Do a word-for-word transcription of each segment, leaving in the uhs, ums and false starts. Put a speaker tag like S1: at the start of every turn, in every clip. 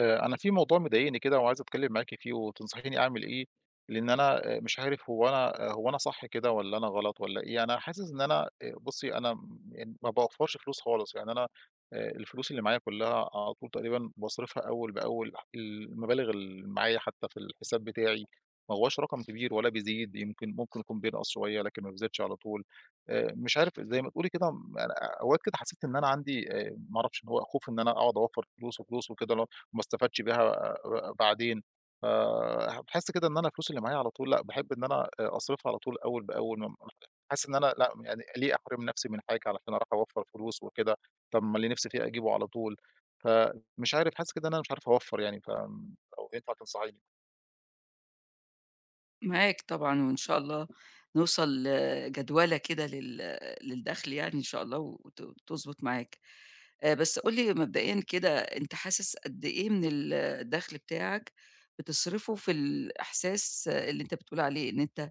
S1: آآ، أنا في موضوع مضايقني كده وعايز أتكلم معاكِ فيه وتنصحيني أعمل إيه، لإن أنا آآ، مش عارف هو أنا آه، هو أنا صح كده والّا أنا غلط والّا إيه، أنا حاسس إن أنا آآ، بُصّي أنا م يعني ما باوفّرش فلوس خالص، يعني أنا آآ، الفلوس اللي معايا كلّها على طول تقريبًا باصرفها أول بأول، المبالغ اللي معايا حتى في الحساب بتاعي ما هواش رقم كبير ولا بيزيد، يمكن ممكن يكون بينقص شوية لكن ما بيزيدش على طول، آآ، مش عارف زي ما تقولي كده م أنا أوقات كده حسيت إن أنا عندي آآ، ما أعرفش إن هو خوف إن أنا أقعد أوفّر فلوس وفلوس وكده، اللي هو وما استفادش بيها آآ بعدين، فباحس كده إن أنا الفلوس اللي معايا على طول لأ، باحب إن أنا آآ أصرفها على طول أول بأول، ما حاسس إن أنا لأ، يعني ليه أحرم نفسي من حاجة علشان أروح أوفّر فلوس وكده، طب ما اللي نفسي فيه أجيبه على طول، فمش عارف حاسس كده إن أنا مش عارف أوفّر يعني، فلو ينفع تنصحيني.
S2: معاك طبعًا، وإن شاء الله نوصل جدولة كده لل للدخل يعني إن شاء الله وت وتضبط معاك. آآ، بس قُل لي مبدئيًا كده أنت حاسس قد إيه من ال الدخل بتاعك بتصرفه في الإحساس اللي أنت بتقول عليه إن أنت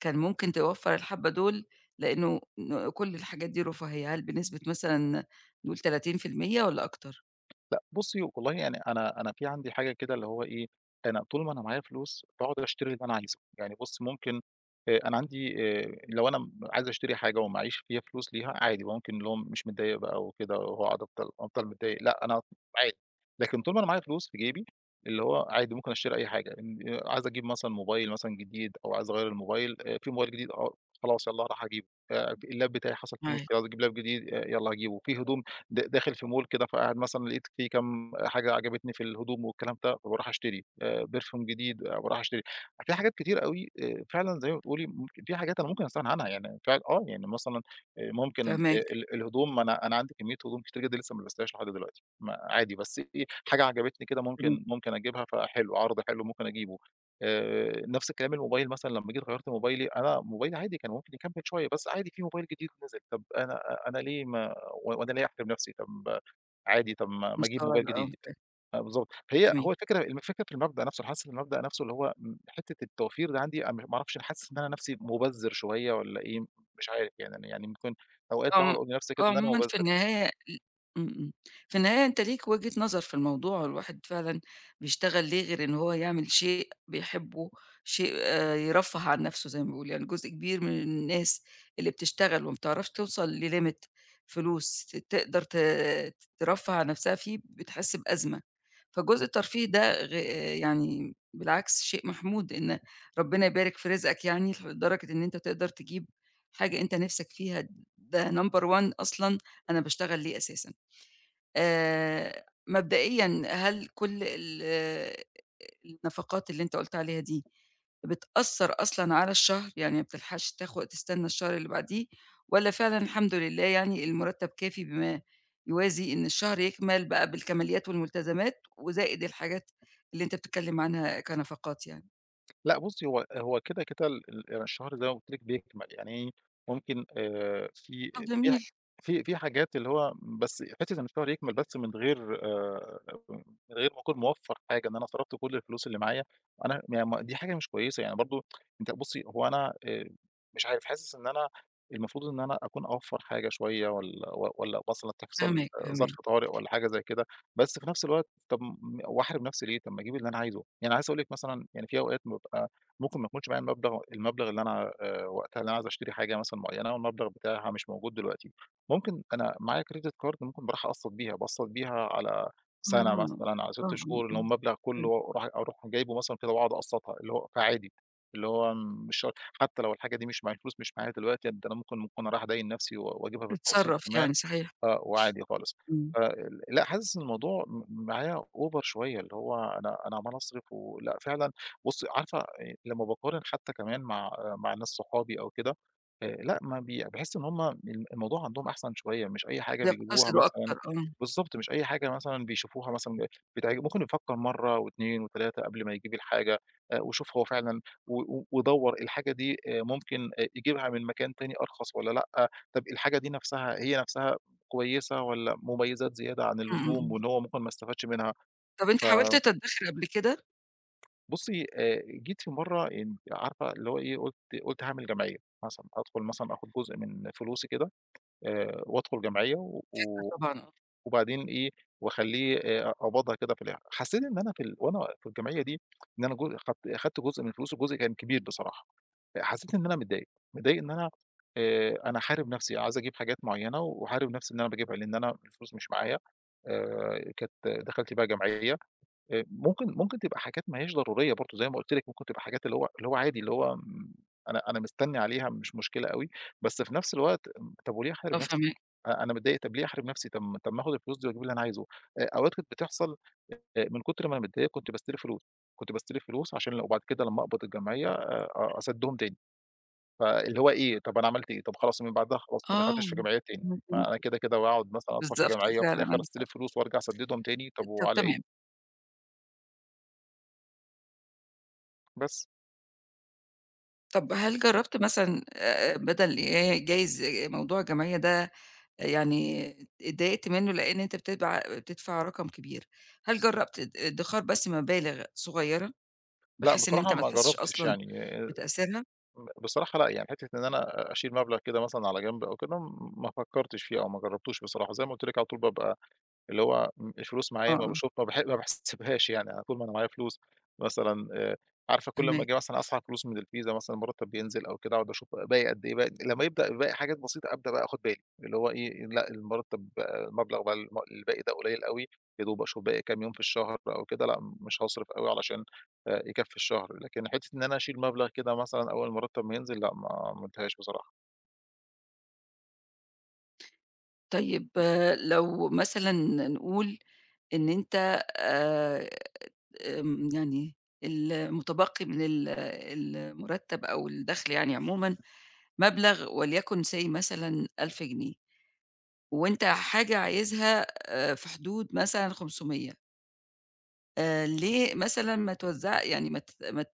S2: كان ممكن توفّر الحبّة دول، لإنه ن كل الحاجات دي رفاهية، هل بنسبة مثلًا نقول تلاتين بالمية والّا أكتر؟
S1: لأ بُصّي، والله يعني أنا أنا في عندي حاجة كده اللي هو إيه، أنا طول ما أنا معايا فلوس باقعد أشتري اللي أنا عايزه، يعني بُصّي ممكن آآ أنا عندي آآ لو أنا م عايز أشتري حاجة ومعييش فيها فلوس ليها عادي، ممكن اللي هو مش متضايق بقى وكده وأقعد أفضل أفضل متضايق، لأ أنا عادي، لكن طول ما أنا معايا فلوس في جيبي اللي هو عادي ممكن أشتري أي حاجة، إن آآ عايز أجيب مثلًا موبايل مثلًا جديد أو عايز أغيّر الموبايل آآ في موبايل جديد آه، خلاص يالّا راح أجيبه، آآ اللاب بتاعي حصل فيه
S2: معاك،
S1: مشكلة عايز أجيب لاب جديد آآ يالّا هاجيبه، في هدوم د داخل في مول كده، فقاعد مثلًا لقيت فيه كام حاجة عجبتني في الهدوم والكلام ده، فباروح أشتري، آآ perfume جديد باروح أشتري. في حاجات كتير أوي آآ فعلًا زي ما بتقولي ممكن في حاجات أنا ممكن أستغنى عنها، يعني فعلًا آه، يعني مثلًا آآ ممكن آآ
S2: فاهماك،
S1: ال الهدوم ما أنا أنا عندي كمية هدوم كتير جدًا لسه ما لبستهاش لحد دلوقتي، ما عادي بس إيه، حاجة عجبتني كده
S2: تمام،
S1: ممكن ممكن أجيبها فحلو، عرض حلو ممكن أجيبه. آآ نفس الكلام الموبايل مثلًا لمّا جيت غيّرت موبايلي، أنا موبايلي عادي كان ممكن يكمّل شوية، بس عادي في موبايل جديد نزل، طب أنا أنا ليه ما وأنا ليه أحرِم نَفْسي، طَب ما- عادي، طَب ما ما أجيب موبايل
S2: مستوعبة آه،
S1: جديد. آه بالضبط. فهي
S2: تمام.
S1: هو الفكرة الفكرة في المبدأ نَفْسه، أنا حاسس إن المبدأ نَفْسه اللي هو م حتّة التوفير ده عندي أنا م ما أعرفش، أنا حاسس إن أنا نَفْسي مُبذِّر شوية والّا إيه، مش عارف يعني أنا يعني ممكن أوقات باقعُد
S2: عم
S1: أقول لنَفْسي كده إن أنا
S2: عمومًا في
S1: مُبذِّر.
S2: النهاية ل إمم، إمم. في النهاية أنت ليك وجهة نظر في الموضوع، الواحد فعلًا بيشتغل ليه غير إن هو يعمل شيء بيحبه، شيء آآ يرفّه عن نَفْسه زي ما بيقولوا، يعني جزء كبير من الناس اللي بتشتغل وما بتعرفش توصل لlimit فلوس ت تقدر ت ترفّه عن نَفْسها فيه، بتحس بأزمة. فجزء الترفيه ده غ يعني بالعكس شيء محمود، إن ربنا يبارك في رزقك يعني ف لدرجة إن أنت تقدر تجيب حاجة أنت نِفْسك فيها، ده number one أصلًا أنا باشتغل ليه أساسًا. آآ مبدئيًا هل كل ال النفقات اللي أنت قُلت عليها دي بتأثّر أصلًا على الشهر، يعني ما بتلحقش تاخد تستنى الشهر اللي بعديه، والّا فعلًا الحمد لله يعني المُرتّب كافي بما يوازي إن الشهر يكمل بقى بالكماليات والملتزمات، وزائد الحاجات اللي أنت بتتكلم عنها كنفقات يعني؟
S1: لأ بُصّي، هو هو كده، كده ال ال الشهر زي ما قُلت لِك بيكمل، يعني إيه، ممكن آآ في
S2: طب
S1: في ح
S2: جميل،
S1: في في حاجات اللي هو بس حتّة إن الشهر يكمل بس من غير آآ من غير ما أكون موفّر حاجة، إن أنا صرفت كل الفلوس اللي معايا، أنا ما ما دي حاجة مش كويسة، يعني برضه أنت بُصّي، هو أنا آآ مش عارف، حاسس إن أنا المفروض إن أنا أكون أوفّر حاجة شوية والّا و والّا مثلًا تحصل
S2: فاهماك،
S1: آه،
S2: فاهماك.
S1: ظرف طوارئ والّا حاجة زي كده. بس في نفس الوقت طب م وأحرِم نفسي ليه؟ طب ما أجيب اللي أنا عايزه، يعني عايز أقول لك مثلًا يعني في أوقات بابقى ممكن ما يكونش معايا المبلغ المبلغ اللي أنا آآ وقتها اللي أنا عايز أشتري حاجة مثلًا معيّنة والمبلغ بتاعها مش موجود دلوقتي، ممكن أنا معايا credit card ممكن باروح أقسّط بيها، باقسّط بيها على
S2: آه،
S1: سَنة
S2: آه،
S1: مثلًا، على
S2: آه،
S1: 6 شهور، اللي هو المبلغ
S2: آه.
S1: كلّه أروح أروح جايبه مثلًا كده وأقعد أقسّطها، اللي هو فعادي، اللي هو مش شرط حتى لو الحاجة دي مش معايا الفلوس مش معايا دلوقتي، يعني ده أنا ممكن ممكن أروح أديّن نفسي و وأجيبها بالتقسيط
S2: بتتصرّف يعني
S1: كمان،
S2: صحيح.
S1: آه وعادي خالص.
S2: إمم.
S1: ف ال لأ، حاسس إن الموضوع م معايا over شوية، اللي هو أنا أنا عمّال أصرف ولأ فعلًا بُصّي عارفة آآ لمّا باقارن حتى كمان مع آه، مع ناس صحابي أو كده، آآ لأ ما بي باحس إن هم ال الموضوع عندهم أحسن شوية، مش أي حاجة بيجيبوها
S2: بيقتصدوا
S1: مثلًا
S2: أكتر، آه.
S1: بالضبط، مش أي حاجة مثلًا بيشوفوها مثلًا بتعج ممكن يفكّر مرّة و2 و3 قبل ما يجيب الحاجة، آآ ويشوف هو فعلًا و و ويدوّر الحاجة دي آآ ممكن آآ يجيبها من مكان تاني أرخص والّا لأ، طَب الحاجة دي نَفْسها هي نَفْسها كويسة والّا مميزات زيادة عن
S2: إمم،
S1: اللزوم
S2: إمم.
S1: وإن هو ممكن ما استفادش منها،
S2: طب أنت حاولت تتدخّل قبل كده؟
S1: فبُصّي آآ جيت في مرّة إن عارفة اللي هو إيه، قُلت قُلت هاعمل جمعية مثلًا، أدخل مثلًا آخُد جزء من فلوسي كده آآ وأدخل جمعية و
S2: آه
S1: و-
S2: طبعًا، آه.
S1: وبعدين إيه، وأخلّيه آآ أقبضها كده في الآخر، حسّيت إن أنا في ال وأنا في الجمعية دي إن أنا جو خدت خدت جزء من فلوسي وجزء كان كبير بصراحة. حسيت إن أنا متضايق، متضايق إن أنا آآ أنا حارب نفسي، عايز أجيب حاجات معيّنة وهاحارب نفسي إن أنا باجيبها، لإن أنا الفلوس مش معايا، آآ كانت دخلتي بقى جمعية، آآ ممكن ممكن تبقى حاجات ما هياش ضرورية برضه زي ما قُلت لِك، ممكن تبقى حاجات اللي هو اللي هو عادي، اللي هو م أنا أنا مستني عليها مش مشكلة أوي، بس في نفس الوقت طب وليه أحارب
S2: آه
S1: نفسي؟
S2: فاهماك.
S1: أ أنا متضايق طب ليه أحارب نفسي؟ طب ما طب ما آخد الفلوس دي واجيب اللي أنا عايزه، آآ أوقات كانت بتحصل آآ من كتر ما أنا متضايق كنت باستلف فلوس، كنت باستلف فلوس عشان لو بعد كده لمّا أقبض الجمعية آآ أ أسدّهم تاني. فاللي هو إيه، طَب أنا عملت إيه، طَب خلاص من بعدها خلاص ما
S2: آه،
S1: دخلتش في جمعيات تاني،
S2: اهم.
S1: ما أنا كده، كده باقعد مثلًا أدخل في
S2: بالضبط
S1: جمعية وفي
S2: فعلًا
S1: الآخر
S2: عندك حق،
S1: أستلف فلوس وأرجع أسددهم تاني، طَب
S2: طب
S1: وعلى إيه؟
S2: تمام.
S1: بس.
S2: طب هل جرّبت مثلًا آآ بدل ي جايز موضوع الجمعية ده يعني اتضايقت منّه لإن أنت بتدبع بتدفع رقم كبير، هل جرّبت اد ادخار بس مبالغ صغيّرة
S1: لأ
S2: بحيث إن أنت
S1: بصراحة
S2: ما
S1: ما
S2: تحسّش
S1: جرّبتش
S2: أصلًا
S1: يعني آآ،
S2: بتأثيرها؟
S1: بصراحة لأ، يعني حتّة إن أنا أشيل مبلغ كده مثلًا على جنب أو كده، ما فكّرتش فيه أو ما جرّبتوش بصراحة، زي ما قُلت لِك على طول بابقى اللي هو م الفلوس
S2: آه،
S1: معايا
S2: آه،
S1: ما باشوف ما باح ما باحسبهاش يعني، أنا طول ما أنا معايا فلوس مثلًا آآ، عارفة كل أمّا
S2: فاهماك.
S1: آجي مثلًا أسحب فلوس من الفيزا مثلًا المرتب بينزل أو كده، أقعد أشوف باقي قد إيه، باقي لمّا يبدأ باقي حاجات بسيطة أبدأ بقى آخد بالي، اللي هو إيه لأ المرتب بقى- المبلغ بقى الم الباقي ده قليل أوي، يا دوب أشوف باقي كام يوم في الشهر أو كده، لأ مش هاصرف أوي علشان آآ، يكفي الشهر، لكن حتّة إن أنا أشيل مبلغ كده مثلًا أول المرتب ما ينزل لأ ما عملتهاش بصراحة.
S2: طيب لو مثلًا نقول إن أنت آآ آمم يعني المتبقي من ال المرتب أو الدخل يعني عمومًا مبلغ وليكن say مثلًا ألف جنيه، وأنت حاجة عايزها آآ في حدود مثلًا خمسمية، آآ ليه مثلًا ما توزع يعني ما ت ما ت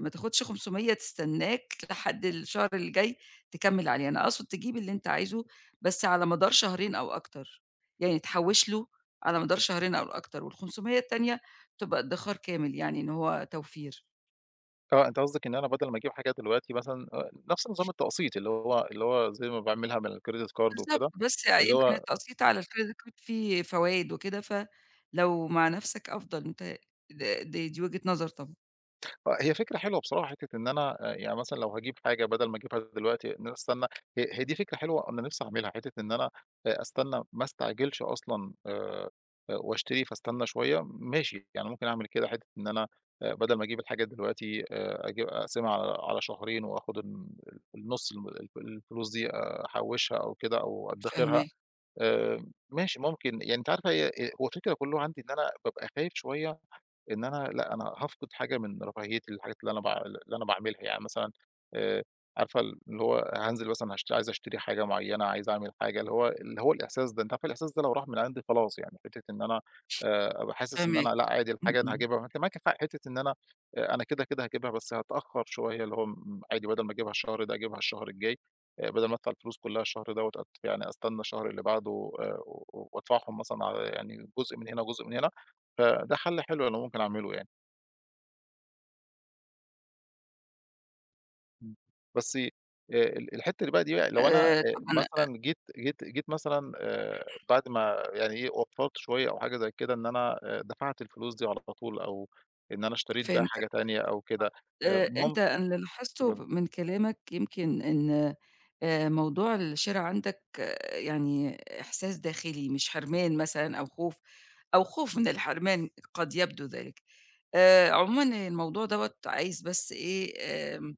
S2: ما تاخدش خمسمية تستناك لحد الشهر اللي جاي تكمّل عليه، أنا أقصد تجيب اللي أنت عايزه بس على مدار شهرين أو أكتر، يعني تحوّش له على مدار شهرين أو أكتر، وال500 التانية تبقى ادخار كامل يعني إن هو توفير.
S1: آه، أنت قصدك إن أنا بدل ما أجيب حاجة دلوقتي مثلًا آآ، نفس نظام التقسيط اللي هو اللي هو زي ما باعملها من الcredit card
S2: بالضبط،
S1: وكده،
S2: بس يعني
S1: اللي
S2: يمكن
S1: هو
S2: التقسيط على الcredit card فيه فوايد وكده، فلو مع نَفْسك أفضل أنت د دي دي وجهة نظر طبعًا.
S1: آه، هي فكرة حلوة بصراحة حتّة إن أنا آآ، يعني مثلًا لو هاجيب حاجة بدل ما أجيبها دلوقتي إن أنا أستنى هي هي دي فكرة حلوة أنا نفسي أعملها، حتّة إن أنا آآ، أستنى ما أستعجلش أصلًا آآ، واشتري فاستنى شوية ماشي، يعني ممكن أعمل كده حتّة إن أنا آآ، بدل ما أجيب الحاجة دلوقتي آآ، أجيب أقسمها على على شهرين وآخد الن النُص الم الف الفلوس دي آه، أحوّشها أو كده أو أدخرها.
S2: فاهماك،
S1: آآ ماشي ممكن، يعني أنتِ عارفة هي آآ هو الفكرة كلّه عندي إن أنا بابقى خايف شوية إن أنا لأ، أنا هافقد حاجة من رفاهيتي، الحاجات اللي أنا باع اللي أنا باعملها يعني مثلًا آآ، عارفة ال اللي هو هانزل مثلًا هاشت عايز أشتري حاجة معيّنة، عايز أعمل حاجة، اللي هو اللي هو الإحساس ده، أنتِ عارفة الإحساس ده لو راح من عندي خلاص يعني حتّة إن أنا آآ، أبقى حاسس إن
S2: فاهماك،
S1: أنا لأ، عادي
S2: إمم،
S1: الحاجة أنا
S2: إمم،
S1: هاجيبها ما أنتِ معاكِ حق حتّة إن أنا آه، أنا كده، كده هاجيبها بس هاتأخر شوية، اللي هو م عادي بدل ما أجيبها الشهر ده أجيبها الشهر الجاي، آآ، بدل ما أدفع الفلوس كلّها الشهر دوّة أت يعني أستنى الشهر اللي بعده آآ، و و- وأدفعهم مثلًا على يعني جزء من هنا وجزء من هنا. فده حل حلو أنا ممكن أعمله يعني. إمم. بس آآ ال الحتّة اللي بقى دي بقى لو أنا
S2: آآ،
S1: آآ
S2: طب أنا
S1: مثلًا جيت جيت جيت مثلًا آآ بعد ما يعني إيه، وفّرت شوية أو حاجة زي كده إن أنا آآ دفعت الفلوس دي على طول أو إن أنا اشتريت بقى
S2: فهمتك.
S1: حاجة تانية أو كده، آآ
S2: آآ، أنت
S1: مم
S2: أنا اللي لاحظته ب من كلامك يمكن إن آآ، موضوع الشِرا عندك يعني إحساس داخلي مش حرمان مثلًا أو خوف، أو خوف من الحرمان قد يبدو ذلك. آآ، عمومًا الموضوع دوّة عايز بس إيه آمم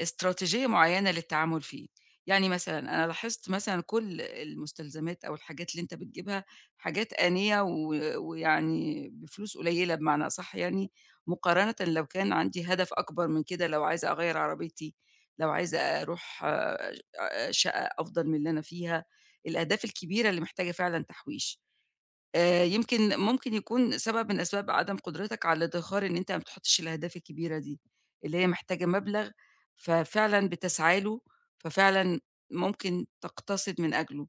S2: إستراتيجية معيّنة للتعامل فيه، يعني مثلًا أنا لاحظت مثلًا كل المستلزمات أو الحاجات اللي أنت بتجيبها حاجات آنية و ويعني بفلوس قليّلة بمعنى أصح يعني، مقارنةً لو كان عندي هدف أكبر من كده، لو عايزة أغيّر عربيتي، لو عايزة أروح آآ شقة أفضل من اللي أنا فيها، الأهداف الكبيرة اللي محتاجة فعلًا تحويش. آآ يمكن ممكن يكون سبب من أسباب عدم قدرتك على الإدخار إن أنت ما بتحطّش الأهداف الكبيرة دي، اللي هي محتاجة مبلغ ففعلًا بتسعى له، ففعلًا ممكن تقتصد من أجله.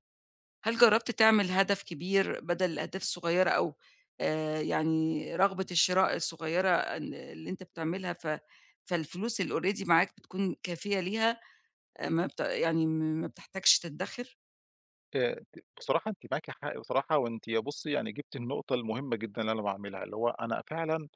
S2: هل جرّبت تعمل هدف كبير بدل الأهداف الصغيّرة أو آآ يعني رغبة الشراء الصغيّرة ال اللي أنت بتعملها ف فالفلوس اللي already معاك بتكون كافية ليها آآ ما بت يعني ما بتحتاجش تدّخر؟
S1: آآ ت بصراحة أنتِ معاكِ حق بصراحة وأنتِ يا بُصّي يعني جبتِ النقطة المهمة جدًا اللي أنا باعملها، اللي هو أنا فعلًا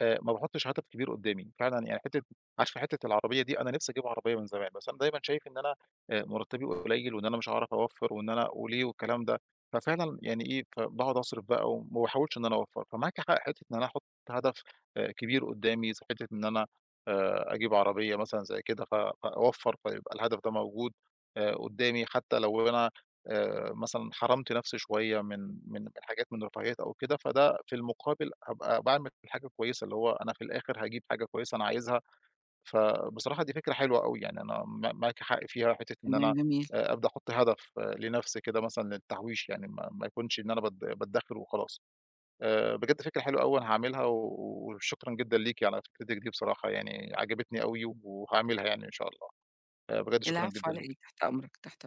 S1: آآ ما باحطش هدف كبير قدّامي، فعلًا يعني حتّة عارفة حتّة العربية دي أنا نِفْسي أجيب عربية من زمان، بس أنا دايمًا شايف إن أنا آآ مرتّبي قليّل وإن أنا مش هاعرف أوفّر وإن أنا وليه والكلام ده، ففعلًا يعني إيه، فباقعد أصرف بقى وما باحاولش إن أنا أوفّر، فمعاكِ حق حتّة إن أنا أحُط هدف آآ كبير قدّامي زي حتّة إن أنا آآ أجيب عربية مثلًا زي كده ف فأوفّر فيبقى الهدف ده موجود آآ قدّامي، حتّى لو أنا آآ مثلًا حرمت نفسي شوية من من من حاجات من رفاهيات أو كده، فده في المقابل هابقى باعمل حاجة كويسة، اللي هو أنا في الآخر هاجيب حاجة كويسة أنا عايزها، فبصراحة دي فكرة حلوة أوي، يعني أنا ما معاكِ حق فيها حتة إن
S2: تمام
S1: أنا
S2: جميل.
S1: آآ أبدأ أحط هدف آه، لنفسي كده مثلًا للتحويش، يعني ما ما يكونش إن أنا باد بادخر وخلاص. آآ بجد فكرة حلوة أوي أنا هاعملها، وشكرًا جدًا ليكِ على فكرتِك دي بصراحة، يعني عجبتني أوي وهاعملها يعني إن شاء الله. آآ بجد شكرًا
S2: العفو
S1: جدًا
S2: على إيه،
S1: ليكِ.
S2: تحت أمرك، تحت